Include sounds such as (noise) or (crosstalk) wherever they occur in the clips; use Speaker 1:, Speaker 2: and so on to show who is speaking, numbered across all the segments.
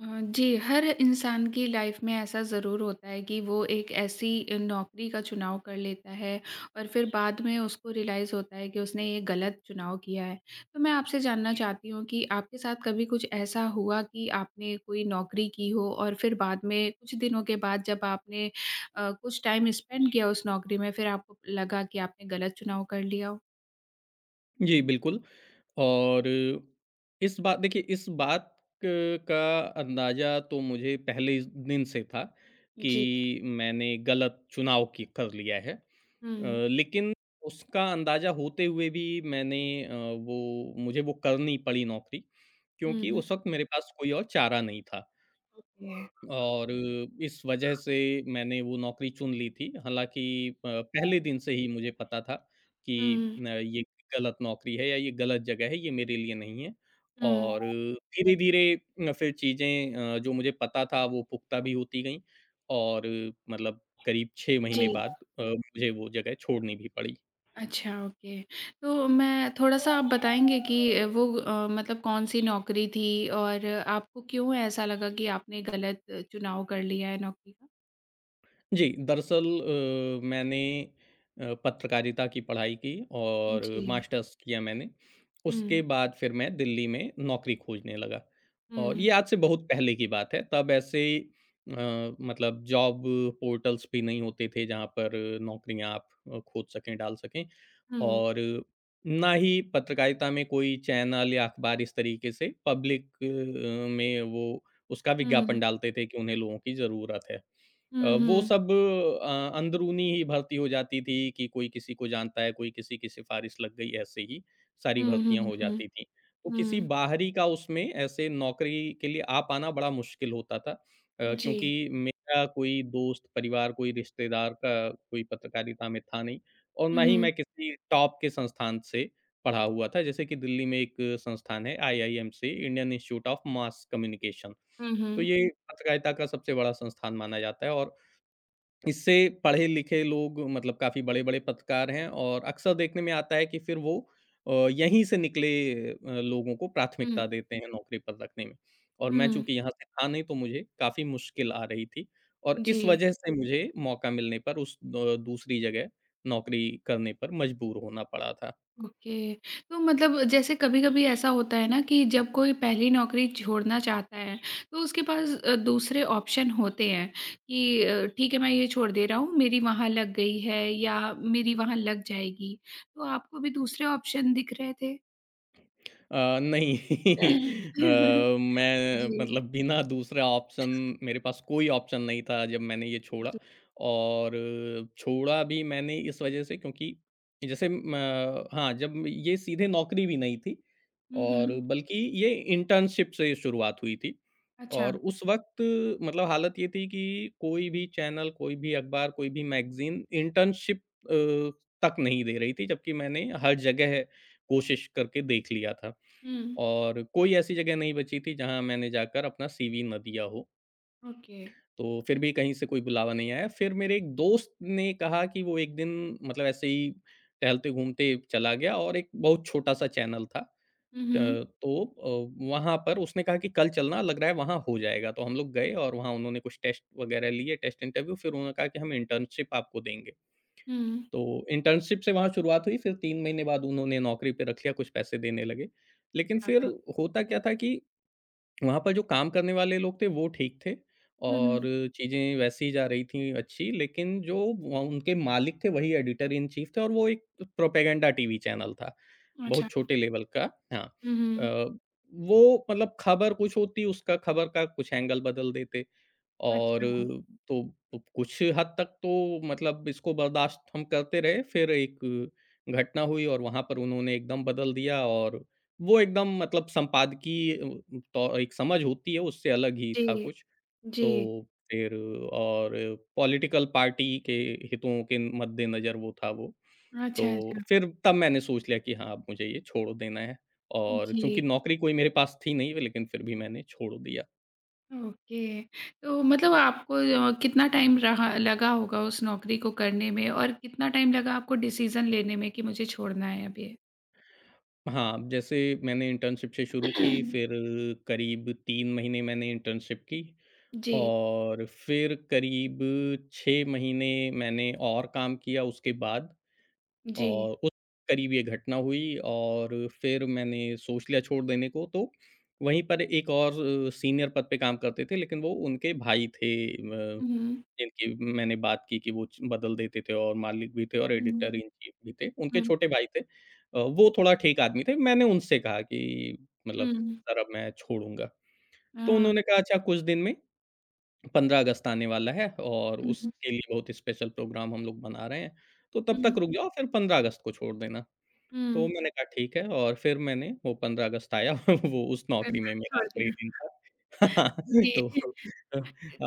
Speaker 1: जी, हर इंसान की लाइफ में ऐसा ज़रूर होता है कि वो एक ऐसी नौकरी का चुनाव कर लेता है और फिर बाद में उसको रियलाइज़ होता है कि उसने ये गलत चुनाव किया है। तो मैं आपसे जानना चाहती हूँ कि आपके साथ कभी कुछ ऐसा हुआ कि आपने कोई नौकरी की हो और फिर बाद में कुछ दिनों के बाद जब आपने कुछ टाइम स्पेंड किया उस नौकरी में फिर आपको लगा कि आपने गलत चुनाव कर लिया हो?
Speaker 2: जी, बिल्कुल। और इस बात देखिए, इस बात क का अंदाज़ा तो मुझे पहले इस दिन से था कि
Speaker 1: जी।
Speaker 2: मैंने गलत चुनाव की कर लिया है।
Speaker 1: हुँ,
Speaker 2: लेकिन उसका अंदाज़ा होते हुए भी मैंने, वो मुझे वो करनी पड़ी नौकरी,
Speaker 1: हुँ,
Speaker 2: क्योंकि
Speaker 1: हुँ।
Speaker 2: उस वक़्त मेरे पास कोई और चारा नहीं था।
Speaker 1: ओके।
Speaker 2: और इस वजह से मैंने वो नौकरी चुन ली थी। हालाँकि पहले दिन से ही मुझे पता था कि
Speaker 1: हुँ,
Speaker 2: न ये गलत नौकरी है या ये गलत जगह है, ये मेरे लिए नहीं है।
Speaker 1: हुँ,
Speaker 2: और धीरे-धीरे फिर चीज़ें, जो मुझे पता था वो पुख्ता भी होती गईं। और मतलब करीब 6 महीने
Speaker 1: जी।
Speaker 2: बाद मुझे वो जगह छोड़नी भी पड़ी।
Speaker 1: अच्छा, ओके। तो मैं थोड़ा-सा आप बताएँगे कि वो मतलब कौन-सी नौकरी थी और आपको क्यों ऐसा लगा कि आपने गलत चुनाव कर लिया है नौकरी का?
Speaker 2: जी, दरअसल मैंने, पत्रकारिता की पढ़ाई की और
Speaker 1: जी।
Speaker 2: मास्टर्स किया मैंने। उसके
Speaker 1: हुँ,
Speaker 2: बाद फिर मैं दिल्ली में नौकरी खोजने लगा और
Speaker 1: हुँ,
Speaker 2: ये आज से बहुत पहले की बात है। तब ऐसे, मतलब जॉब पोर्टल्स भी नहीं होते थे जहाँ पर नौकरियाँ आप खोज सकें, डाल सकें।
Speaker 1: हुँ,
Speaker 2: और ना ही पत्रकारिता में कोई चैनल या अखबार इस तरीके से पब्लिक में वो उसका
Speaker 1: हुँ,
Speaker 2: विज्ञापन डालते थे कि उन्हें लोगों की ज़रूरत है।
Speaker 1: हुँ, हुँ,
Speaker 2: वो
Speaker 1: हुँ,
Speaker 2: सब अंदरूनी ही भर्ती हो जाती थी कि कोई किसी को जानता है, कोई किसी की सिफ़ारिश लग गई, ऐसे ही सारी
Speaker 1: हुँ,
Speaker 2: भर्तियाँ
Speaker 1: हुँ,
Speaker 2: हो जाती थीं। तो किसी
Speaker 1: हुँ,
Speaker 2: बाहरी का उसमें ऐसे नौकरी के लिए आ पाना बड़ा मुश्किल होता था,
Speaker 1: जी।
Speaker 2: क्योंकि मेरा कोई दोस्त, परिवार, कोई रिश्तेदार का कोई पत्रकारिता में था नहीं। और
Speaker 1: हुँ,
Speaker 2: ना ही
Speaker 1: हुँ,
Speaker 2: मैं किसी टॉप के संस्थान से पढ़ा हुआ था। जैसे कि दिल्ली में एक संस्थान है, IIMC, Indian Institute of Mass Communication.
Speaker 1: हुँ,
Speaker 2: तो
Speaker 1: हुँ,
Speaker 2: ये पत्रकारिता का सबसे बड़ा संस्थान माना जाता है और इससे पढ़े-लिखे लोग मतलब काफ़ी बड़े-बड़े पत्रकार हैं और अक्सर देखने में आता है कि फिर वो यहीं से निकले लोगों को
Speaker 1: हुँ,
Speaker 2: प्राथमिकता देते हैं नौकरी पर रखने में। और मैं
Speaker 1: हुँ,
Speaker 2: चूँकि यहाँ से था नहीं तो मुझे काफ़ी मुश्किल आ रही थी और इस
Speaker 1: जी।
Speaker 2: वजह से मुझे मौका मिलने पर उस दूसरी जगह नौकरी करने पर मजबूर होना पड़ा था।
Speaker 1: ओके। तो मतलब जैसे कभी-कभी ऐसा होता है ना कि जब कोई पहली नौकरी छोड़ना चाहता है, तो उसके पास दूसरे ऑप्शन होते हैं कि ठीक है मैं ये छोड़ दे रहा हूँ, मेरी वहाँ लग गई है या मेरी वहाँ लग जाएगी। तो आपको भी दूसरे ऑप्शन दिख रहे थे?
Speaker 2: नहीं। (laughs)
Speaker 1: (coughs) (laughs)
Speaker 2: मैं
Speaker 1: जी।
Speaker 2: मतलब बिना दूसरा ऑप्शन, मेरे पास कोई ऑप्शन नहीं था जब मैंने ये छोड़ा।
Speaker 1: जी।
Speaker 2: और छोड़ा भी मैंने इस वजह से क्योंकि जैसे हाँ, जब ये सीधे नौकरी भी नहीं थी
Speaker 1: हुँ,
Speaker 2: और
Speaker 1: हुँ।
Speaker 2: बल्कि ये इंटर्नशिप से शुरुआत हुई थी।
Speaker 1: अच्छा।
Speaker 2: और उस वक्त मतलब हालत ये थी कि कोई भी चैनल, कोई भी अखबार, कोई भी मैगजीन इंटर्नशिप तक नहीं दे रही थी, जबकि मैंने हर जगह कोशिश करके देख लिया था
Speaker 1: हुँ,
Speaker 2: और कोई ऐसी जगह नहीं बची थी जहाँ मैंने जाकर अपना सीवी ना दिया हो।
Speaker 1: ओके।
Speaker 2: तो फिर भी कहीं से कोई बुलावा नहीं आया। फिर मेरे एक दोस्त ने कहा कि वो एक दिन मतलब ऐसे ही टहलते-घूमते चला गया और एक बहुत छोटा-सा चैनल था। अ,
Speaker 1: हुँ, हुँ।
Speaker 2: तो वहाँ पर उसने कहा कि कल चलना, लग रहा है वहाँ हो जाएगा। तो हम लोग गए और वहाँ उन्होंने कुछ टेस्ट वग़ैरह लिए, टेस्ट इंटरव्यू। फिर उन्होंने कहा कि हम इंटर्नशिप आपको देंगे।
Speaker 1: हुँ।
Speaker 2: तो इंटर्नशिप से वहाँ शुरुआत हुई, फिर 3 महीने बाद उन्होंने नौकरी पे रख लिया, कुछ पैसे देने लगे। लेकिन फिर
Speaker 1: हाँ।
Speaker 2: होता
Speaker 1: हुँ,
Speaker 2: क्या था कि वहाँ पर जो काम करने वाले लोग थे वो ठीक थे,
Speaker 1: हुँ,
Speaker 2: और
Speaker 1: हुँ।
Speaker 2: चीज़ें वैसे ही जा रही थी अच्छी। लेकिन जो व उनके मालिक थे, वही एडिटर इन चीफ थे, और वो एक प्रोपेगेंडा टीवी चैनल था,
Speaker 1: अच्छा।
Speaker 2: बहुत छोटे लेवल का, हाँ।
Speaker 1: हुँ, हुँ।
Speaker 2: अ, वो मतलब खबर कुछ होती, उसका खबर का कुछ एंगल बदल देते। और
Speaker 1: अच्छा।
Speaker 2: तो तो कुछ हद तक तो मतलब इसको बर्दाश्त हम करते रहे, फिर एक घटना हुई और वहाँ पर उन्होंने एकदम बदल दिया। और वो एकदम मतलब संपादकीय अ, तौ एक समझ होती है, उससे अलग ही था
Speaker 1: जी,
Speaker 2: कुछ।
Speaker 1: जी।
Speaker 2: तो फिर, और पॉलिटिकल पार्टी के हितों के मद्देनज़र वो था वो।
Speaker 1: अच्छा,
Speaker 2: तो
Speaker 1: अच्छा।
Speaker 2: फिर तब मैंने सोच लिया कि हाँ, अब मुझे ये छोड़ देना है। और
Speaker 1: जी।
Speaker 2: चूँकि नौकरी कोई मेरे पास थी नहीं, लेकिन फिर भी मैंने छोड़ दिया।
Speaker 1: ओके। तो मतलब आपको कितना टाइम रहा लगा होगा उस नौकरी को करने में और कितना टाइम लगा आपको डिसीज़न लेने में कि मुझे छोड़ना है अब ये?
Speaker 2: हाँ, जैसे मैंने इंटर्नशिप से शुरू की, फिर
Speaker 1: (clears throat)
Speaker 2: करीब 3 महीने मैंने इंटर्नशिप की
Speaker 1: जी,
Speaker 2: और फिर करीब 6 महीने मैंने और काम किया उसके बाद।
Speaker 1: जी।
Speaker 2: और उस करीब ये घटना हुई और फिर मैंने सोच लिया छोड़ देने को। तो वहीं पर एक और सीनियर पद पे काम करते थे, लेकिन वो उनके भाई थे, अ,
Speaker 1: हुँ,
Speaker 2: जिनकी मैंने बात की कि वो बदल देते थे और मालिक भी थे और
Speaker 1: हुँ,
Speaker 2: एडिटर इन चीफ भी थे। उनके
Speaker 1: हुँ,
Speaker 2: छोटे भाई थे, वो थोड़ा ठीक आदमी थे। मैंने उनसे कहा कि मतलब
Speaker 1: हुँ,
Speaker 2: सर, अब मैं छोड़ूंगा। तो
Speaker 1: हाँ।
Speaker 2: उन्होंने कहा, अच्छा, कुछ दिन में 15 अगस्त आने वाला है और
Speaker 1: हुँ,
Speaker 2: उसके लिए बहुत स्पेशल प्रोग्राम हम लोग बना रहे हैं, तो तब तक
Speaker 1: हुँ,
Speaker 2: रुक जाओ, फिर 15 अगस्त को छोड़ देना। तो
Speaker 1: हुँ।
Speaker 2: मैंने कहा ठीक है। और फिर मैंने वो, 15 अगस्त आया (laughs) वो उस
Speaker 1: फिर
Speaker 2: नौकरी में
Speaker 1: मैंने
Speaker 2: मेरा
Speaker 1: छोड़
Speaker 2: आखिरी
Speaker 1: दिया।
Speaker 2: दिन था। (laughs) तो
Speaker 1: जी।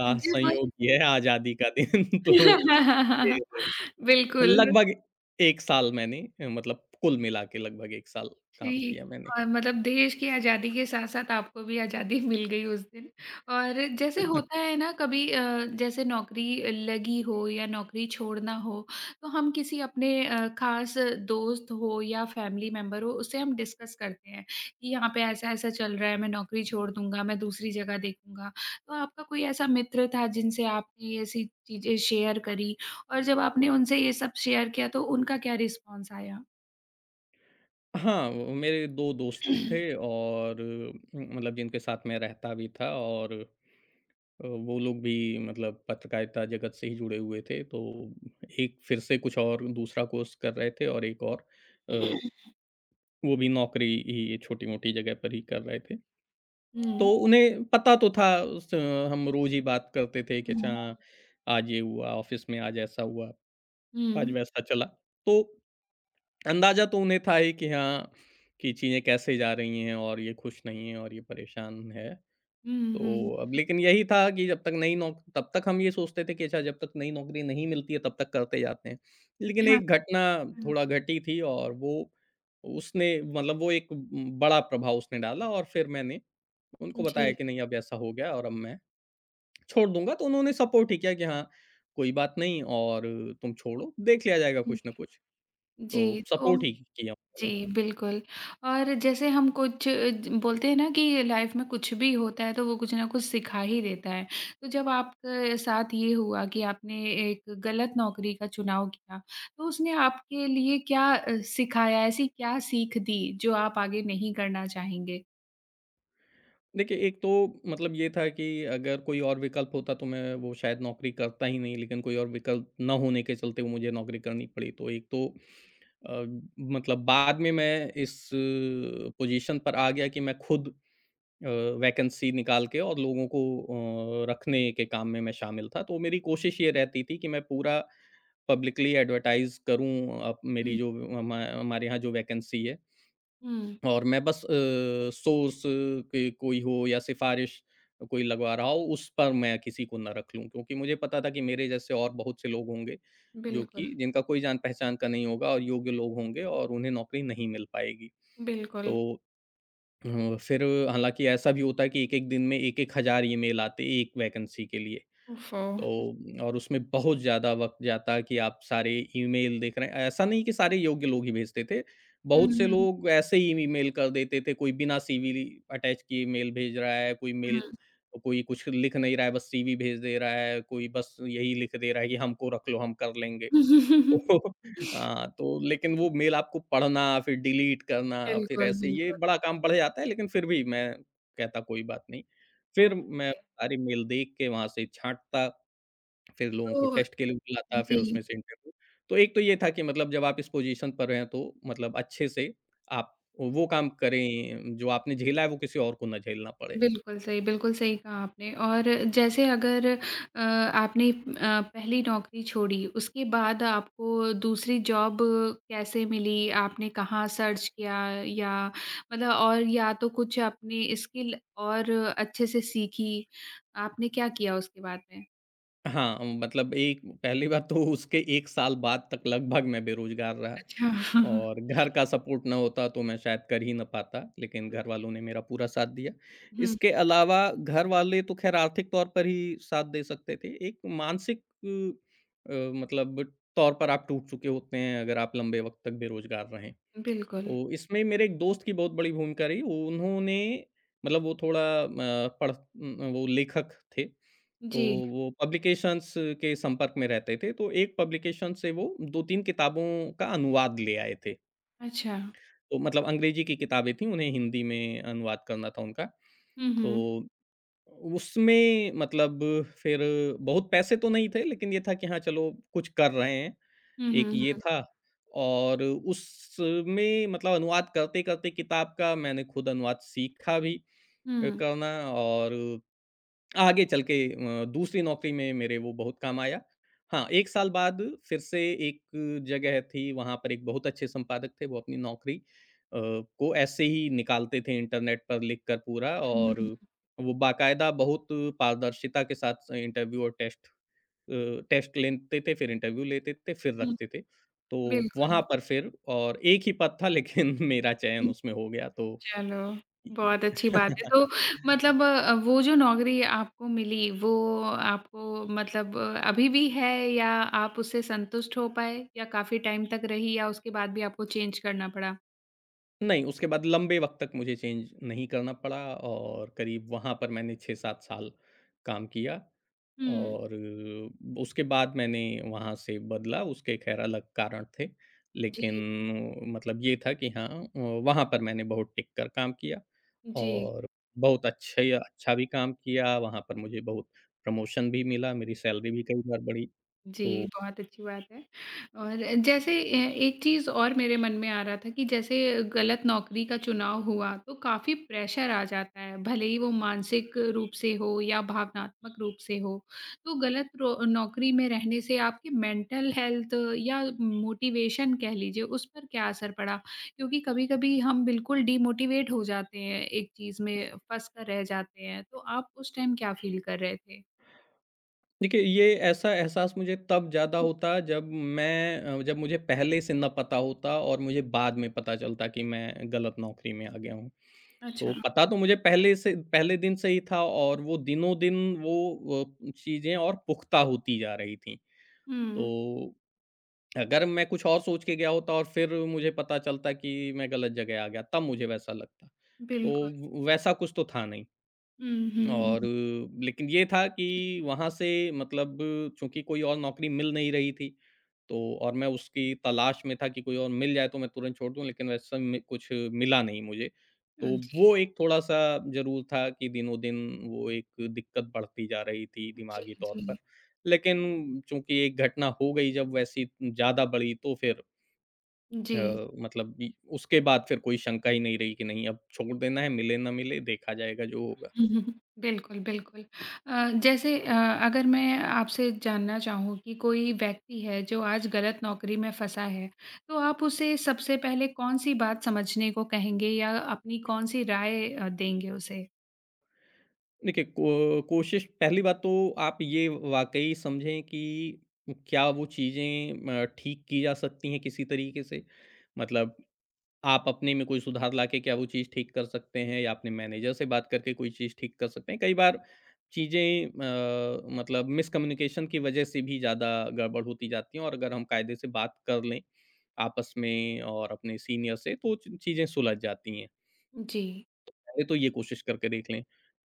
Speaker 1: जी, बस
Speaker 2: संयोग ये है, आज़ादी का दिन। (laughs) तो
Speaker 1: (laughs)
Speaker 2: फिर
Speaker 1: बिल्कुल।
Speaker 2: लगभग 1 साल मैंने, मतलब कुल मिला के लगभग 1 साल काम किया
Speaker 1: जी,
Speaker 2: मैंने।
Speaker 1: और मतलब देश की आज़ादी के साथ-साथ आपको भी आज़ादी मिल गई उस दिन और जैसे होता
Speaker 2: (laughs)
Speaker 1: है ना कभी जैसे नौकरी लगी हो या नौकरी छोड़ना हो, तो हम किसी अपने ख़ास दोस्त हो या फ़ैमिली मेंबर हो, उससे हम डिस्कस करते हैं कि यहाँ पे ऐसा-ऐसा चल रहा है, मैं नौकरी छोड़ दूँगा, मैं दूसरी जगह देखूँगा। तो आपका कोई ऐसा मित्र था जिनसे आपने ये ऐसी चीज़ें शेयर करी और जब आपने उनसे ये सब शेयर किया तो उनका क्या रिस्पॉन्स आया?
Speaker 2: हाँ, वो मेरे 2 दोस्त थे
Speaker 1: (clears throat)
Speaker 2: और मतलब जिनके साथ मैं रहता भी था। और वो लोग भी मतलब पत्रकारिता जगत से ही जुड़े हुए थे। तो एक फिर से कुछ और दूसरा कोर्स कर रहे थे और एक और अ, वो भी नौकरी ही छोटी-मोटी जगह पर ही कर रहे थे। तो
Speaker 1: हुँ।
Speaker 2: उन्हें पता तो था उस, हम रोज़ ही बात करते थे कि अच्छा
Speaker 1: हुँ,
Speaker 2: आज ये हुआ, ऑफ़िस में आज ऐसा हुआ, आज
Speaker 1: हुँ।
Speaker 2: वैसा चला। तो अंदाज़ा तो उन्हें था ही कि हाँ, कि चीज़ें कैसे जा रही हैं और ये खुश नहीं है और ये परेशान है।
Speaker 1: हुँ, हुँ।
Speaker 2: तो अब लेकिन यही था कि जब तक नई नौक तब तक हम ये सोचते थे कि अच्छा जब तक नई नौकरी नहीं मिलती है तब तक करते जाते हैं। लेकिन
Speaker 1: हाँ,
Speaker 2: एक घटना थोड़ा
Speaker 1: हाँ।
Speaker 2: घटी थी और वो, उसने मतलब वो एक बड़ा प्रभाव उसने डाला। और फिर मैंने उनको बताया
Speaker 1: जी।
Speaker 2: कि नहीं, अब ऐसा हो गया और अब मैं छोड़ दूँगा। तो उन्होंने सपोर्ट ही किया कि हाँ, कोई बात नहीं, और तुम छोड़ो, देख लिया जाएगा कुछ ना कुछ। तो
Speaker 1: जी, तो
Speaker 2: सपोर्ट ही किया
Speaker 1: जी,
Speaker 2: उन्होंने।
Speaker 1: बिल्कुल और जैसे हम कुछ ज बोलते हैं ना कि लाइफ़ में कुछ भी होता है, तो वो कुछ ना कुछ सिखा ही देता है। तो जब आपके साथ ये हुआ कि आपने एक गलत नौकरी का चुनाव किया, तो उसने आपके लिए क्या सिखाया? ऐसी क्या सीख दी, जो आप आगे नहीं करना चाहेंगे?
Speaker 2: देखिए, एक तो मतलब ये था कि अगर कोई और विकल्प होता तो मैं वो शायद नौकरी करता ही नहीं, लेकिन कोई और विकल्प ना होने के चलते वो मुझे नौकरी करनी पड़ी। तो एक तो अ, मतलब बाद में मैं इस पोज़ीशन पर आ गया कि मैं खुद अ, वैकेंसी निकाल के और लोगों को रखने के काम में मैं शामिल था। तो मेरी कोशिश ये रहती थी कि मैं पूरा पब्लिकली एडवर्टाइज़ करूँ अप मेरी
Speaker 1: हुँ,
Speaker 2: जो, हमारे यहाँ जो वैकेंसी है।
Speaker 1: हुँ।
Speaker 2: और मैं बस सोर्स के कोई हो या सिफ़ारिश कोई लगवा रहा हो, उस पर मैं किसी को ना रख लूँ, क्योंकि मुझे पता था कि मेरे जैसे और बहुत से लोग होंगे, जो
Speaker 1: बिल्कुल,
Speaker 2: कि जिनका कोई जान-पहचान का नहीं होगा और योग्य लोग होंगे और उन्हें नौकरी नहीं मिल पाएगी। तो
Speaker 1: बिल्कुल।
Speaker 2: फिर, हालाँकि ऐसा भी होता है कि एक-एक दिन में 1-1 हज़ार ईमेल आते, एक वैकेंसी के लिए।
Speaker 1: ओफ़ो!
Speaker 2: तो और उसमें बहुत ज़्यादा वक़्त जाता कि आप सारे ईमेल देख रहे हैं। ऐसा नहीं कि सारे योग्य लोग ही भेजते थे,
Speaker 1: हुँ,
Speaker 2: बहुत से
Speaker 1: हुँ,
Speaker 2: लोग ऐसे ही ईमेल कर देते थे, कोई बिना सीवी अटैच किए मेल भेज रहा है,
Speaker 1: हुँ।
Speaker 2: कोई कुछ लिख नहीं रहा है, बस सीवी भेज दे रहा है, कोई बस यही लिख दे रहा है कि हमको रख लो, हम कर लेंगे। तो
Speaker 1: (laughs)
Speaker 2: (laughs) हाँ, तो लेकिन वो मेल आपको पढ़ना, फिर डिलीट करना, फिर
Speaker 1: बिल्कुल,
Speaker 2: ऐसे ये
Speaker 1: बिल्कुल।
Speaker 2: बड़ा काम बढ़ जाता है, लेकिन फिर भी मैं कहता कोई बात नहीं। फिर मैं
Speaker 1: ओके।
Speaker 2: सारे मेल देख के वहाँ से छाँटता। फिर लोगों को
Speaker 1: तो
Speaker 2: टेस्ट के लिए बुलाता, फिर
Speaker 1: जी,
Speaker 2: उसमें से इंटरव्यू। तो एक तो ये था कि मतलब जब आप इस पोज़ीशन पर हैं तो मतलब अच्छे से आप वो काम करें, जो आपने झेला है वो किसी और को ना झेलना पड़े।
Speaker 1: बिल्कुल सही कहा आपने और जैसे अगर आपने पहली नौकरी छोड़ी, उसके बाद आपको दूसरी जॉब कैसे मिली? आपने कहाँ सर्च किया या मतलब और या तो कुछ अपनी स्किल और अच्छे से सीखी, आपने क्या किया उसके बाद में?
Speaker 2: हाँ, मतलब एक पहली बात तो उसके 1 साल बाद तक लगभग मैं बेरोज़गार रहा।
Speaker 1: अच्छा। (laughs)
Speaker 2: और घर का सपोर्ट ना होता तो मैं शायद कर ही ना पाता, लेकिन घर
Speaker 1: बिल्कुल।
Speaker 2: वालों ने मेरा पूरा साथ दिया।
Speaker 1: हुँ,
Speaker 2: इसके अलावा घर वाले तो ख़ैर आर्थिक तौर पर ही साथ दे सकते थे, एक मानसिक अ, मतलब तौर पर आप टूट चुके होते हैं अगर आप लंबे वक़्त तक बेरोज़गार रहें।
Speaker 1: बिल्कुल।
Speaker 2: तो इसमें मेरे एक दोस्त की बहुत बड़ी भूमिका रही, उन्होंने मतलब वो थोड़ा वो लेखक थे। तो
Speaker 1: जी,
Speaker 2: वो पब्लिकेशंस के संपर्क में रहते थे, तो एक पब्लिकेशन से वो 2-3 किताबों का अनुवाद ले आए थे।
Speaker 1: अच्छा।
Speaker 2: तो मतलब अंग्रेजी की किताबें थी, उन्हें हिंदी में अनुवाद करना था उनका।
Speaker 1: हुँ,
Speaker 2: तो
Speaker 1: हुँ।
Speaker 2: उसमें मतलब फिर बहुत पैसे तो नहीं थे, लेकिन ये था कि हाँ, चलो कुछ कर रहे हैं,
Speaker 1: हुँ,
Speaker 2: एक
Speaker 1: हुँ,
Speaker 2: ये
Speaker 1: हुँ।
Speaker 2: था। और उसमें मतलब अनुवाद करते-करते किताब का मैंने खुद अनुवाद सीखा भी,
Speaker 1: हुँ।
Speaker 2: करना। और आगे चल के दूसरी नौकरी में मेरे वो बहुत काम आया। हाँ, 1 साल बाद फिर से एक जगह थी। वहाँ पर एक बहुत अच्छे संपादक थे, वो अपनी नौकरी अ, को ऐसे ही निकालते थे इंटरनेट पर लिख कर पूरा। और
Speaker 1: हुँ।
Speaker 2: वो बाकायदा बहुत पारदर्शिता के साथ इंटरव्यू और टेस्ट लेते थे, फिर इंटरव्यू लेते थे, फिर
Speaker 1: हुँ,
Speaker 2: रखते थे। तो वहाँ
Speaker 1: बिल्कुल।
Speaker 2: पर फिर और एक ही पद था, लेकिन (laughs) मेरा चयन
Speaker 1: हुँ,
Speaker 2: उसमें हो गया तो
Speaker 1: चलो, बहुत अच्छी बात है। तो
Speaker 2: (laughs)
Speaker 1: मतलब वो जो नौकरी आपको मिली, वो आपको मतलब अभी भी है या आप उससे संतुष्ट हो पाए या काफ़ी टाइम तक रही या उसके बाद भी आपको चेंज करना पड़ा?
Speaker 2: नहीं, उसके बाद लंबे वक़्त तक मुझे चेंज नहीं करना पड़ा और करीब वहाँ पर मैंने 6-7 साल काम किया।
Speaker 1: हुँ,
Speaker 2: और उसके बाद मैंने वहाँ से बदला, उसके ख़ैर अलग कारण थे। लेकिन
Speaker 1: जी,
Speaker 2: मतलब ये था कि हाँ, वहाँ पर मैंने बहुत टिक कर काम किया।
Speaker 1: जी।
Speaker 2: और बहुत अच्छे अच्छा भी काम किया, वहाँ पर मुझे बहुत प्रमोशन भी मिला, मेरी सैलरी भी कई बार बढ़ी।
Speaker 1: जी,
Speaker 2: तो
Speaker 1: बहुत अच्छी बात है। और जैसे ए एक चीज़ और मेरे मन में आ रहा था कि जैसे गलत नौकरी का चुनाव हुआ, तो काफ़ी प्रेशर आ जाता है, भले ही वो मानसिक रूप से हो या भावनात्मक रूप से हो। तो गलत रो नौकरी में रहने से आपकी मेंटल हेल्थ या मोटिवेशन कह लीजिए, उस पर क्या असर पड़ा? क्योंकि कभी-कभी हम बिल्कुल डिमोटिवेट हो जाते हैं, एक चीज़ में फँस कर रह जाते हैं। तो आप उस टाइम क्या फ़ील कर रहे थे?
Speaker 2: देखिए, ये ऐसा एहसास मुझे तब ज़्यादा होता जब जब मुझे पहले से ना पता होता और मुझे बाद में पता चलता कि मैं गलत नौकरी में आ गया हूँ।
Speaker 1: अच्छा,
Speaker 2: तो पता तो मुझे पहले से, पहले दिन से ही था और वो दिनों-दिन चीज़ें और पुख्ता होती जा रही थीं।
Speaker 1: हुँ,
Speaker 2: तो अगर मैं कुछ और सोच के गया होता और फिर मुझे पता चलता कि मैं गलत जगह आ गया, तब मुझे वैसा लगता। तो
Speaker 1: बिल्कुल।
Speaker 2: व वैसा कुछ तो था नहीं।
Speaker 1: हुँ, हुँ।
Speaker 2: और लेकिन ये था कि वहाँ से मतलब चूँकि कोई और नौकरी मिल नहीं रही थी, तो और मैं उसकी तलाश में था कि कोई और मिल जाए तो मैं तुरंत छोड़ दूँ, लेकिन वैसा में कुछ मिला नहीं मुझे। तो वो
Speaker 1: जी,
Speaker 2: एक थोड़ा-सा ज़रूर था कि दिनों-दिन वो एक दिक्कत बढ़ती जा रही थी
Speaker 1: जी,
Speaker 2: दिमागी तौर पर।
Speaker 1: जी,
Speaker 2: लेकिन चूँकि एक घटना हो गई जब वैसी ज़्यादा बड़ी, तो फिर
Speaker 1: जी।
Speaker 2: अ, मतलब बी उसके बाद फिर कोई शंका ही नहीं रही कि नहीं, अब छोड़ देना है, मिले ना मिले देखा जाएगा, जो होगा।
Speaker 1: (laughs) बिल्कुल, बिल्कुल। अ, जैसे अगर मैं आपसे जानना चाहूँ कि कोई व्यक्ति है जो आज गलत नौकरी में फँसा है, तो आप उसे सबसे पहले कौन-सी बात समझने को कहेंगे या अपनी कौन-सी राय देंगे उसे?
Speaker 2: देखिए, को कोशिश, पहली बात तो, आप ये वाक़ई समझें कि क्या वो चीज़ें ठीक की जा सकती हैं किसी तरीके से? मतलब, आप अपने में कोई सुधार लाके क्या वो चीज़ ठीक कर सकते हैं या अपने मैनेजर से बात करके कोई चीज़ ठीक कर सकते हैं? कई बार चीज़ें मतलब मिसकम्युनिकेशन की वज़ह से भी ज़्यादा गड़बड़ होती जाती हैं और अगर हम कायदे से बात कर लें आपस में और अपने सीनियर से, तो चीज़ें सुलझ जाती हैं।
Speaker 1: जी।
Speaker 2: पहले तो ये कोशिश करके देख लें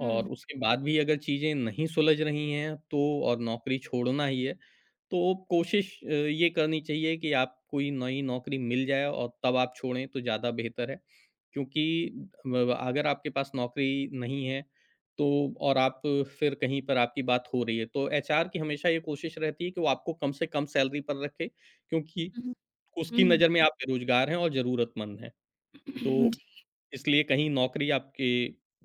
Speaker 1: हुँ,
Speaker 2: और उसके बाद भी अगर चीज़ें नहीं सुलझ रही हैं, तो और नौकरी छोड़ना ही है, तो कोशिश ये करनी चाहिए कि आप कोई नई नौकरी मिल जाए और तब आप छोड़ें तो ज़्यादा बेहतर है। क्योंकि ब अगर आपके पास नौकरी नहीं है, तो और आप फिर कहीं पर आपकी बात हो रही है, तो एचआर की हमेशा ये कोशिश रहती है कि वो आपको कम से कम सैलरी पर रखे, क्योंकि
Speaker 1: हुँ,
Speaker 2: उसकी
Speaker 1: हुँ।
Speaker 2: नज़र में आप बेरोज़गार हैं और ज़रूरतमंद हैं। तो,
Speaker 1: (laughs)
Speaker 2: इसलिए कहीं नौकरी आपके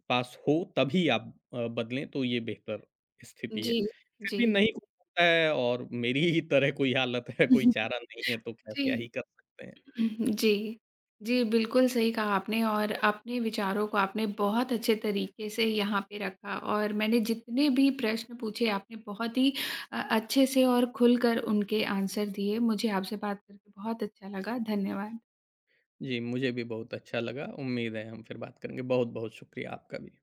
Speaker 2: पास हो तभी आप बदलें तो ये बेहतर
Speaker 1: जी,
Speaker 2: स्थिति है।
Speaker 1: जी,
Speaker 2: फिर भी
Speaker 1: जी।
Speaker 2: नहीं हो सकता है और मेरी ही तरह कोई हालत है, कोई चारा नहीं है, तो ख़ैर
Speaker 1: जी।
Speaker 2: क्या ही कर सकते हैं।
Speaker 1: जी। जी, बिल्कुल सही कहा आपने और अपने विचारों को आपने बहुत अच्छे तरीके से यहाँ पे रखा और मैंने जितने भी प्रश्न पूछे आपने बहुत ही अच्छे से और खुलकर उनके आंसर दिए। मुझे आपसे बात करके बहुत अच्छा लगा। धन्यवाद।
Speaker 2: जी, मुझे भी बहुत अच्छा लगा। उम्मीद है हम फिर बात करेंगे। बहुत-बहुत शुक्रिया आपका भी।